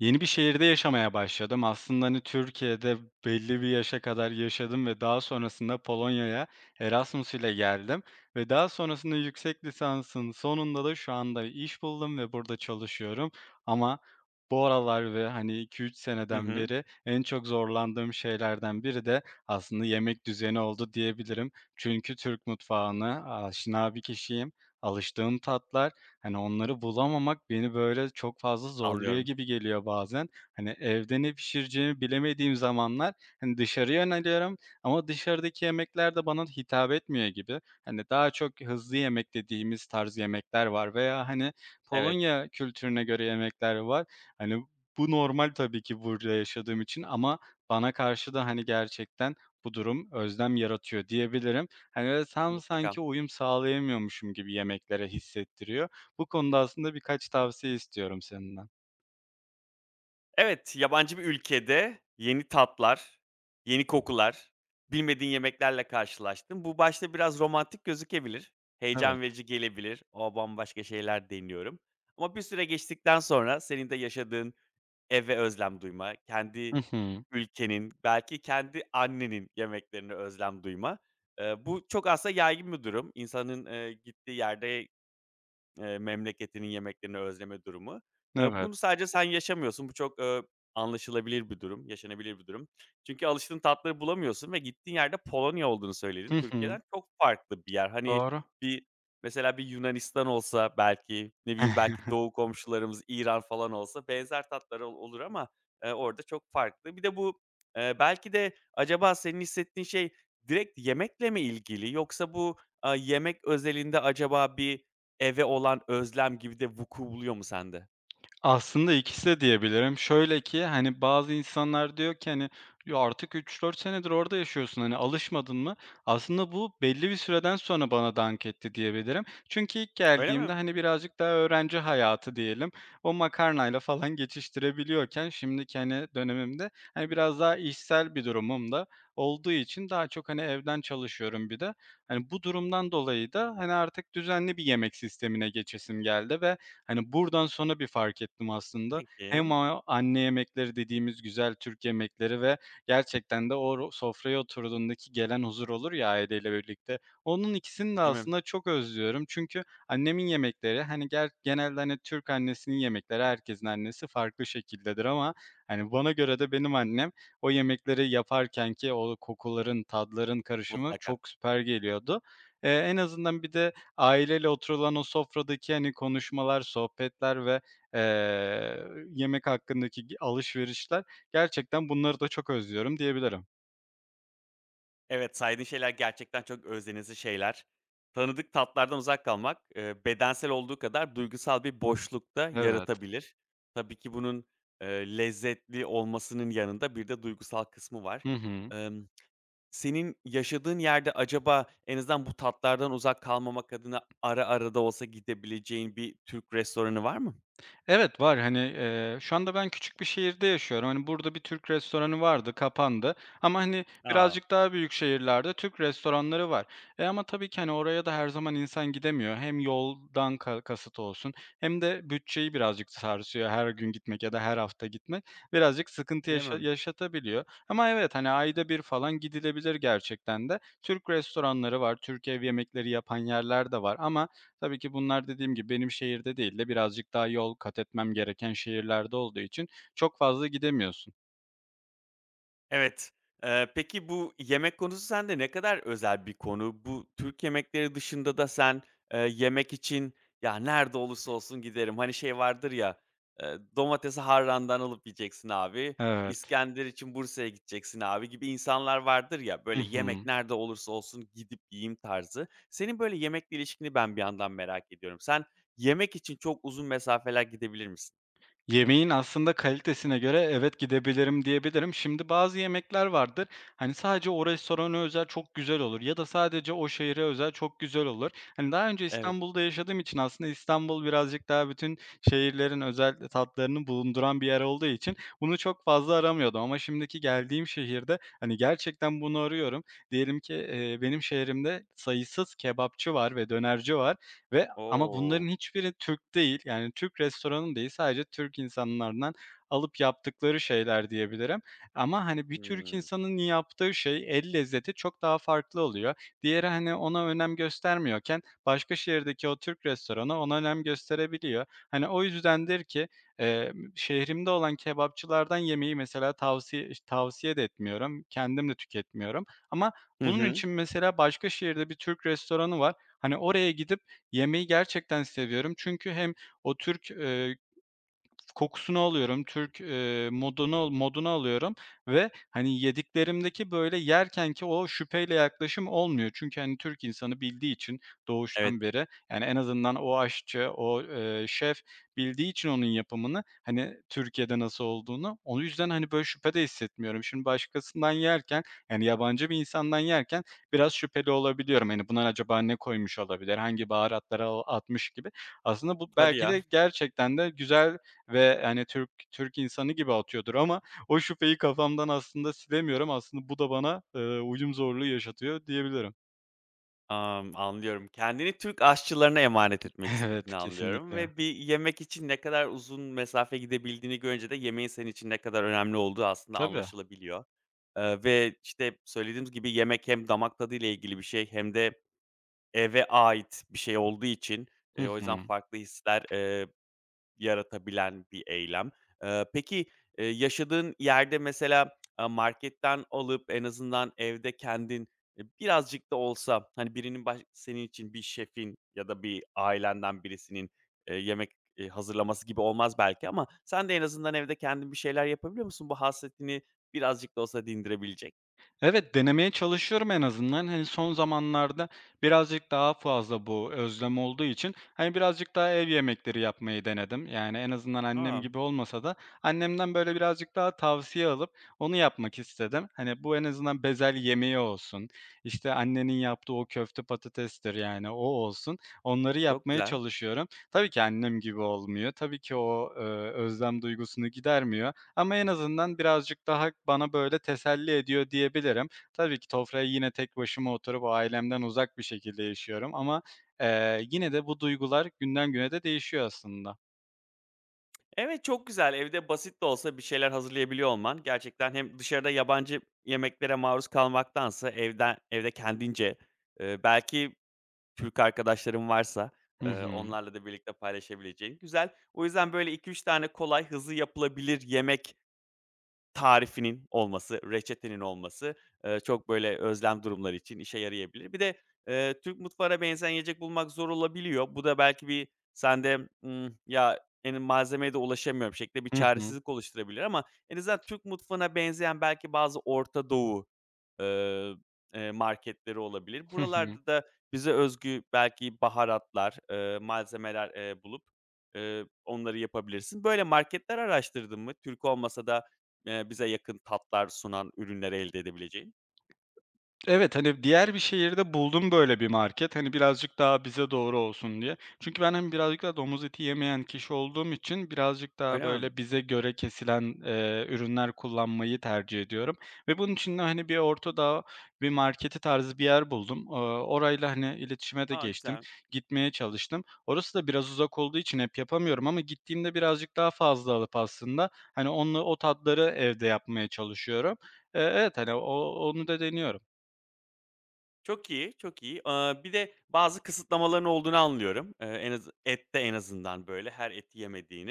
Yeni bir şehirde yaşamaya başladım. Aslında, hani, Türkiye'de belli bir yaşa kadar yaşadım ve daha sonrasında Polonya'ya Erasmus ile geldim ve daha sonrasında yüksek lisansın sonunda da şu anda iş buldum ve burada çalışıyorum. Ama bu aralar ve, hani, 2-3 Hı seneden hı, beri en çok zorlandığım şeylerden biri de aslında yemek düzeni oldu diyebilirim. Çünkü Türk mutfağına aşina bir kişiyim. Alıştığım tatlar. Hani, onları bulamamak beni, böyle, çok fazla zorluyor anlıyorum. gibi geliyor bazen. Hani, evde ne pişireceğimi bilemediğim zamanlar, hani, dışarıya yöneliyorum ama dışarıdaki yemekler de bana hitap etmiyor gibi. Hani, daha çok hızlı yemek dediğimiz tarz yemekler var veya, hani, Evet, Polonya kültürüne göre yemekler var. Hani, bu normal tabii ki burada yaşadığım için ama bana karşı da, hani, gerçekten bu durum özlem yaratıyor diyebilirim. Hani, böyle, tam mutlaka. sanki uyum sağlayamıyormuşum gibi yemeklere hissettiriyor. Bu konuda aslında birkaç tavsiye istiyorum senden. Evet, yabancı bir ülkede yeni tatlar, yeni kokular, bilmediğin yemeklerle karşılaştın. Bu başta biraz romantik gözükebilir, Evet. heyecan verici gelebilir. O bambaşka şeyler deniyorum. Ama bir süre geçtikten sonra senin de yaşadığın eve özlem duyma, Hı kendi hı. ülkenin, belki kendi annenin yemeklerine özlem duyma. Bu çok aslında yaygın bir durum. İnsanın, gittiği yerde memleketinin yemeklerini özleme durumu. Evet. Bunu sadece sen yaşamıyorsun. Bu çok, anlaşılabilir bir durum, yaşanabilir bir durum. Çünkü alıştığın tatları bulamıyorsun ve gittiğin yerde Polonya olduğunu Hı söyledin. hı. Türkiye'den çok farklı bir yer. Hani, Doğru. bir mesela bir Yunanistan olsa belki, ne bileyim, belki doğu komşularımız İran falan olsa benzer tatlar olur ama, orada çok farklı. Bir de bu, belki de acaba senin hissettiğin şey direkt yemekle mi ilgili yoksa bu, yemek özelinde acaba bir, eve olan özlem gibi de vuku buluyor mu sende? Aslında ikisi de diyebilirim. Şöyle ki, hani, bazı insanlar diyor ki, hani, "Ya, artık üç dört senedir orada yaşıyorsun, hani, alışmadın mı?" Aslında bu belli bir süreden sonra bana dank etti diyebilirim. Çünkü ilk Öyle geldiğimde, mi? hani, birazcık daha öğrenci hayatı diyelim, o makarnayla falan geçiştirebiliyorken şimdiki, hani, dönemimde, hani, biraz daha işsel bir durumum da olduğu için daha çok, hani, evden çalışıyorum bir de. Hani, bu durumdan dolayı da, hani, artık düzenli bir yemek sistemine geçesim geldi Hani, buradan sonra bir fark ettim aslında. Hem Peki. o anne yemekleri dediğimiz güzel Türk yemekleri ve gerçekten de o sofraya oturduğundaki gelen huzur olur ya aileyle birlikte. Onun ikisini de Değil mi? aslında çok özlüyorum. Çünkü annemin yemekleri, hani, genelde, hani, Türk annesinin yemekleri, herkesin annesi farklı şekildedir ama, hani, bana göre de benim annem o yemekleri yaparken ki o kokuların, tadların karışımı Mutlaka. çok süper geliyordu. En azından bir de aileyle oturulan o sofradaki, hani, konuşmalar, sohbetler ve, yemek hakkındaki alışverişler, gerçekten bunları da çok özlüyorum diyebilirim. Evet, saydığın şeyler gerçekten çok özlenizi şeyler. Tanıdık tatlardan uzak kalmak, bedensel olduğu kadar duygusal bir boşluk da Evet. yaratabilir. Tabii ki bunun, lezzetli olmasının yanında bir de duygusal kısmı var. Hı hı. Emm, Senin yaşadığın yerde acaba en azından bu tatlardan uzak kalmamak adına ara ara da olsa gidebileceğin bir Türk restoranı var mı? Evet, var. Hani, şu anda ben küçük bir şehirde yaşıyorum. Hani, burada bir Türk restoranı vardı, kapandı ama, hani, Aa, birazcık daha büyük şehirlerde Türk restoranları var. E, ama tabii ki, hani, oraya da her zaman insan gidemiyor. Hem yoldan kasıt olsun hem de bütçeyi birazcık sarsıyor her gün gitmek ya da her hafta gitmek. Birazcık sıkıntı öyle mi? yaşatabiliyor ama evet, hani, ayda bir falan gidilebilir gerçekten de. Türk restoranları var, Türk ev yemekleri yapan yerler de var ama tabii ki bunlar dediğim gibi benim şehirde değil de birazcık daha yol kat etmem gereken şehirlerde olduğu için çok fazla gidemiyorsun. Evet. Peki bu yemek konusu sende ne kadar özel bir konu? Bu Türk yemekleri dışında da sen, yemek için, "Ya, nerede olursa olsun giderim." Hani, şey vardır ya, "Domatesi Harran'dan alıp yiyeceksin abi, Evet. İskender için Bursa'ya gideceksin abi." gibi insanlar vardır ya, Hı böyle yemek hı. nerede olursa olsun gidip yiyeyim tarzı. Senin böyle yemekle ilişkini ben bir yandan merak ediyorum. Sen yemek için çok uzun mesafeler gidebilir misin? Yemeğin aslında kalitesine göre evet gidebilirim diyebilirim. Şimdi bazı yemekler vardır. Hani sadece o restorana özel çok güzel olur ya da sadece o şehre özel çok güzel olur. Hani daha önce Evet. İstanbul'da yaşadığım için aslında İstanbul birazcık daha bütün şehirlerin özel tatlarını bulunduran bir yer olduğu için bunu çok fazla aramıyordum. Ama şimdiki geldiğim şehirde hani gerçekten bunu arıyorum. Diyelim ki benim şehrimde sayısız kebapçı var ve dönerci var ve ama bunların O! hiçbiri Türk değil, yani Türk restoranı değil, sadece Türk insanlardan alıp yaptıkları şeyler diyebilirim. Ama, hani, bir Türk Hımm. insanının yaptığı şey, el lezzeti çok daha farklı oluyor. Diğeri, hani, ona önem göstermiyorken başka şehirdeki o Türk restoranı ona önem gösterebiliyor. Hani, o yüzdendir ki, şehrimde olan kebapçılardan yemeği mesela tavsiye de etmiyorum, kendim de tüketmiyorum ama Hı bunun hı. için mesela başka şehirde bir Türk restoranı var. Hani, oraya gidip yemeği gerçekten seviyorum çünkü hem o Türk, kokusunu alıyorum, Türk, modunu alıyorum ve, hani, yediklerimdeki, böyle, yerkenki o şüpheyle yaklaşım olmuyor. Çünkü, hani, Türk insanı bildiği için doğuştan Evet. beri, yani, en azından o aşçı, o, şef bildiği için onun yapımını, hani, Türkiye'de nasıl olduğunu, o yüzden, hani, böyle, şüphe de hissetmiyorum. Şimdi başkasından yerken, yani, yabancı bir insandan yerken biraz şüpheli olabiliyorum. Hani, buna acaba ne koymuş olabilir, hangi baharatları atmış gibi. Aslında bu Hadi belki ya. de gerçekten de güzel ve, hani, Türk insanı gibi atıyordur ama o şüpheyi kafamdan aslında silemiyorum. Aslında bu da bana, uyum zorluğu yaşatıyor diyebilirim. Anlıyorum. Kendini Türk aşçılarına emanet etmek Evet, istediğini anlıyorum kesinlikle. ve bir yemek için ne kadar uzun mesafe gidebildiğini görünce de yemeğin senin için ne kadar önemli olduğu aslında Tabii. anlaşılabiliyor. Ve, işte, söylediğimiz gibi yemek hem damak tadıyla ilgili bir şey hem de eve ait bir şey olduğu için, Hı o yüzden hı. farklı hisler yaratabilen bir eylem. Peki, yaşadığın yerde mesela, marketten alıp en azından evde kendin, birazcık da olsa, hani, birinin baş senin için bir şefin ya da bir ailenden birisinin, yemek, hazırlaması gibi olmaz belki ama sen de en azından evde kendin bir şeyler yapabiliyor musun bu hasretini birazcık da olsa dindirebilecek? Evet, denemeye çalışıyorum en azından. Hani, son zamanlarda birazcık daha fazla bu özlem olduğu için, hani, birazcık daha ev yemekleri yapmayı denedim. Yani, en azından annem Aa, gibi olmasa da annemden, böyle, birazcık daha tavsiye alıp onu yapmak istedim. Hani, bu en azından bezel yemeği olsun, işte, annenin yaptığı o köfte patatestir, yani, o olsun. Onları çok yapmaya güzel. çalışıyorum. Tabii ki annem gibi olmuyor. Tabii ki o, özlem duygusunu gidermiyor ama en azından birazcık daha bana, böyle, teselli ediyor diyebilirim. Tabii ki sofraya yine tek başıma oturup ailemden uzak bir şekilde yaşıyorum ama, yine de bu duygular günden güne de değişiyor aslında. Evet, çok güzel. Evde basit de olsa bir şeyler hazırlayabiliyor olman gerçekten hem dışarıda yabancı yemeklere maruz kalmaktansa evde kendince, belki Türk arkadaşların varsa, Hı hı. onlarla da birlikte paylaşabileceğin güzel. O yüzden böyle iki üç tane kolay, hızlı yapılabilir yemek tarifinin olması, reçetenin olması, çok böyle özlem durumları için işe yarayabilir. Bir de, Türk mutfağına benzeyen yiyecek bulmak zor olabiliyor. Bu da belki bir sende, "Ya, en malzemeye de ulaşamıyorum." şeklinde bir Hı hı. çaresizlik oluşturabilir ama en azından Türk mutfağına benzeyen belki bazı Orta Doğu, eee, marketleri olabilir. Hı hı. Buralarda da bize özgü belki baharatlar, malzemeler, bulup, onları yapabilirsin. Böyle marketler araştırdın mı? Türk olmasa da, bize yakın tatlar sunan ürünleri elde edebileceğin? Evet, hani, diğer bir şehirde buldum böyle bir market. Hani, birazcık daha bize doğru olsun diye. Çünkü ben, hani, birazcık daha domuz eti yemeyen kişi olduğum için birazcık daha Öyle mi? böyle bize göre kesilen, ürünler kullanmayı tercih ediyorum ve bunun için de, hani, bir marketi tarzı bir yer buldum. Orayla, hani, iletişime de A, geçtim. güzel. Gitmeye çalıştım. Orası da biraz uzak olduğu için hep yapamıyorum ama gittiğimde birazcık daha fazla alıp aslında, hani, onunla o tatları evde yapmaya çalışıyorum. Evet, hani, onu da deniyorum. Çok iyi, çok iyi. Bir de bazı kısıtlamaların olduğunu anlıyorum. En azı ette en azından, böyle, her eti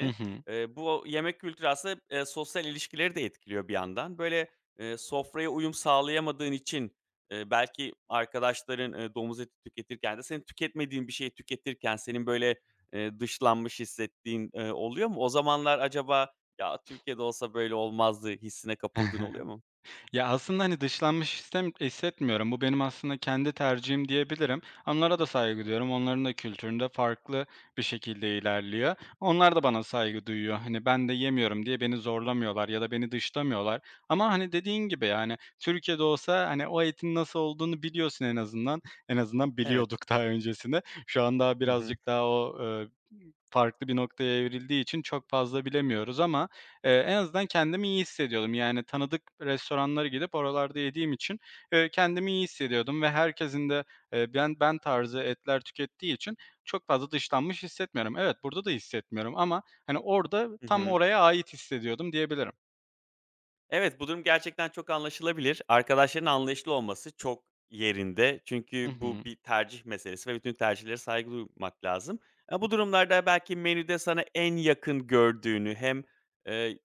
Hı hı. Bu yemek kültürü aslında, sosyal ilişkileri de etkiliyor bir yandan. Böyle, sofraya uyum sağlayamadığın için, belki arkadaşların, domuz eti tüketirken de senin tüketmediğin bir şeyi tüketirken senin, böyle, dışlanmış hissettiğin, oluyor mu? O zamanlar acaba, "Ya, Türkiye'de olsa böyle olmazdı." hissine kapıldığın oluyor mu? Ya, aslında, hani, dışlanmış hissetmiyorum. Bu benim aslında kendi tercihim diyebilirim. Onlara da saygı duyuyorum. Onların da kültüründe farklı bir şekilde ilerliyor. Onlar da bana saygı duyuyor. Hani, ben de yemiyorum diye beni zorlamıyorlar ya da beni dışlamıyorlar. Ama, hani, dediğin gibi, yani, Türkiye'de olsa, hani, o etin nasıl olduğunu biliyorsun en azından. En azından Evet. biliyorduk daha öncesinde. Şu an daha Hı hı. birazcık daha o, farklı bir noktaya evrildiği için çok fazla bilemiyoruz ama, en azından kendimi iyi hissediyordum. Yani tanıdık restoranlara gidip oralarda yediğim için, kendimi iyi hissediyordum ve herkesin de, ben tarzı etler tükettiği için çok fazla dışlanmış hissetmiyorum. Evet, burada da hissetmiyorum ama, hani, orada Hı tam hı. oraya ait hissediyordum diyebilirim. Evet, bu durum gerçekten çok anlaşılabilir. Arkadaşların anlayışlı olması çok yerinde. Hı Çünkü hı. bu bir tercih meselesi ve bütün tercihlere saygı duymak lazım. E, bu durumlarda belki menüde sana en yakın gördüğünü hem, eee,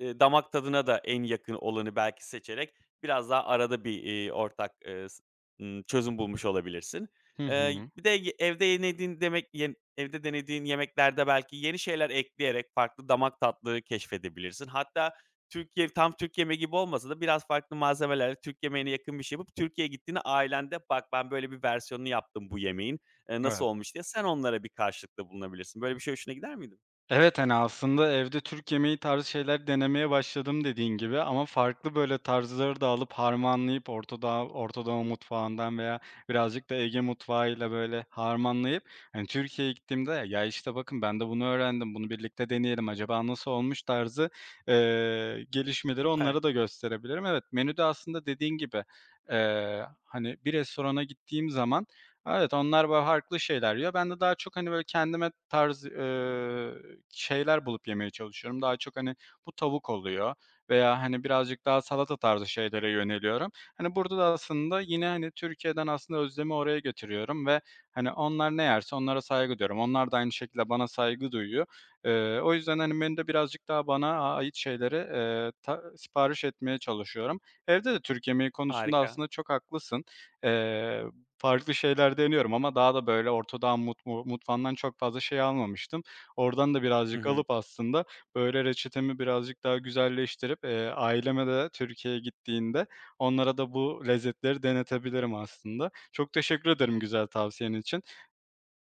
Damak tadına da en yakın olanı belki seçerek biraz daha arada bir, ortak, s çözüm bulmuş olabilirsin. Hı hı. Bir de evde denediğin demek yen evde denediğin yemeklerde belki yeni şeyler ekleyerek farklı damak tatları keşfedebilirsin. Hatta Türk ye tam Türk yemeği gibi olmasa da biraz farklı malzemelerle Türk yemeğine yakın bir şey yapıp Türkiye'ye gittiğinde ailende, "Bak, ben böyle bir versiyonunu yaptım bu yemeğin, nasıl Evet. olmuş?" diye sen onlara bir karşılıkta bulunabilirsin. Böyle bir şey hoşuna gider miydi? Evet, hani, aslında evde Türk yemeği tarzı şeyler denemeye başladım dediğin gibi ama farklı, böyle, tarzları da alıp harmanlayıp Orta Doğu mutfağından veya birazcık da Ege mutfağıyla, böyle, harmanlayıp, hani, Türkiye'ye gittiğimde "Ya, işte, bakın ben de bunu öğrendim, bunu birlikte deneyelim, acaba nasıl olmuş?" tarzı, gelişmeleri Süper, onlara da gösterebilirim. Evet, menüde aslında dediğin gibi, hani, bir restorana gittiğim zaman. Evet, onlar böyle farklı şeyler yiyor. Ben de daha çok, hani, böyle kendime tarz, şeyler bulup yemeye çalışıyorum. Daha çok, hani, bu tavuk oluyor veya, hani, birazcık daha salata tarzı şeylere yöneliyorum. Hani, burada da aslında yine, hani, Türkiye'den aslında özlemi oraya götürüyorum ve, hani, onlar ne yerse onlara saygı duyuyorum. Onlar da aynı şekilde bana saygı duyuyor. O yüzden, hani, menüde birazcık daha bana ait şeyleri, sipariş etmeye çalışıyorum. Evde de Türk yemeği konusunda harika. aslında çok haklısın. Eee Farklı şeyler deniyorum ama daha da böyle ortadağın mutfağından çok fazla şey almamıştım. Oradan da Hı birazcık hı. alıp aslında böyle reçetemi birazcık daha güzelleştirip, aileme de Türkiye'ye gittiğinde onlara da bu lezzetleri denetebilirim aslında. Çok teşekkür ederim güzel tavsiyen için.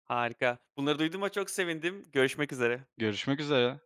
Harika. Bunları duyduğuma çok sevindim. Görüşmek üzere. Görüşmek üzere.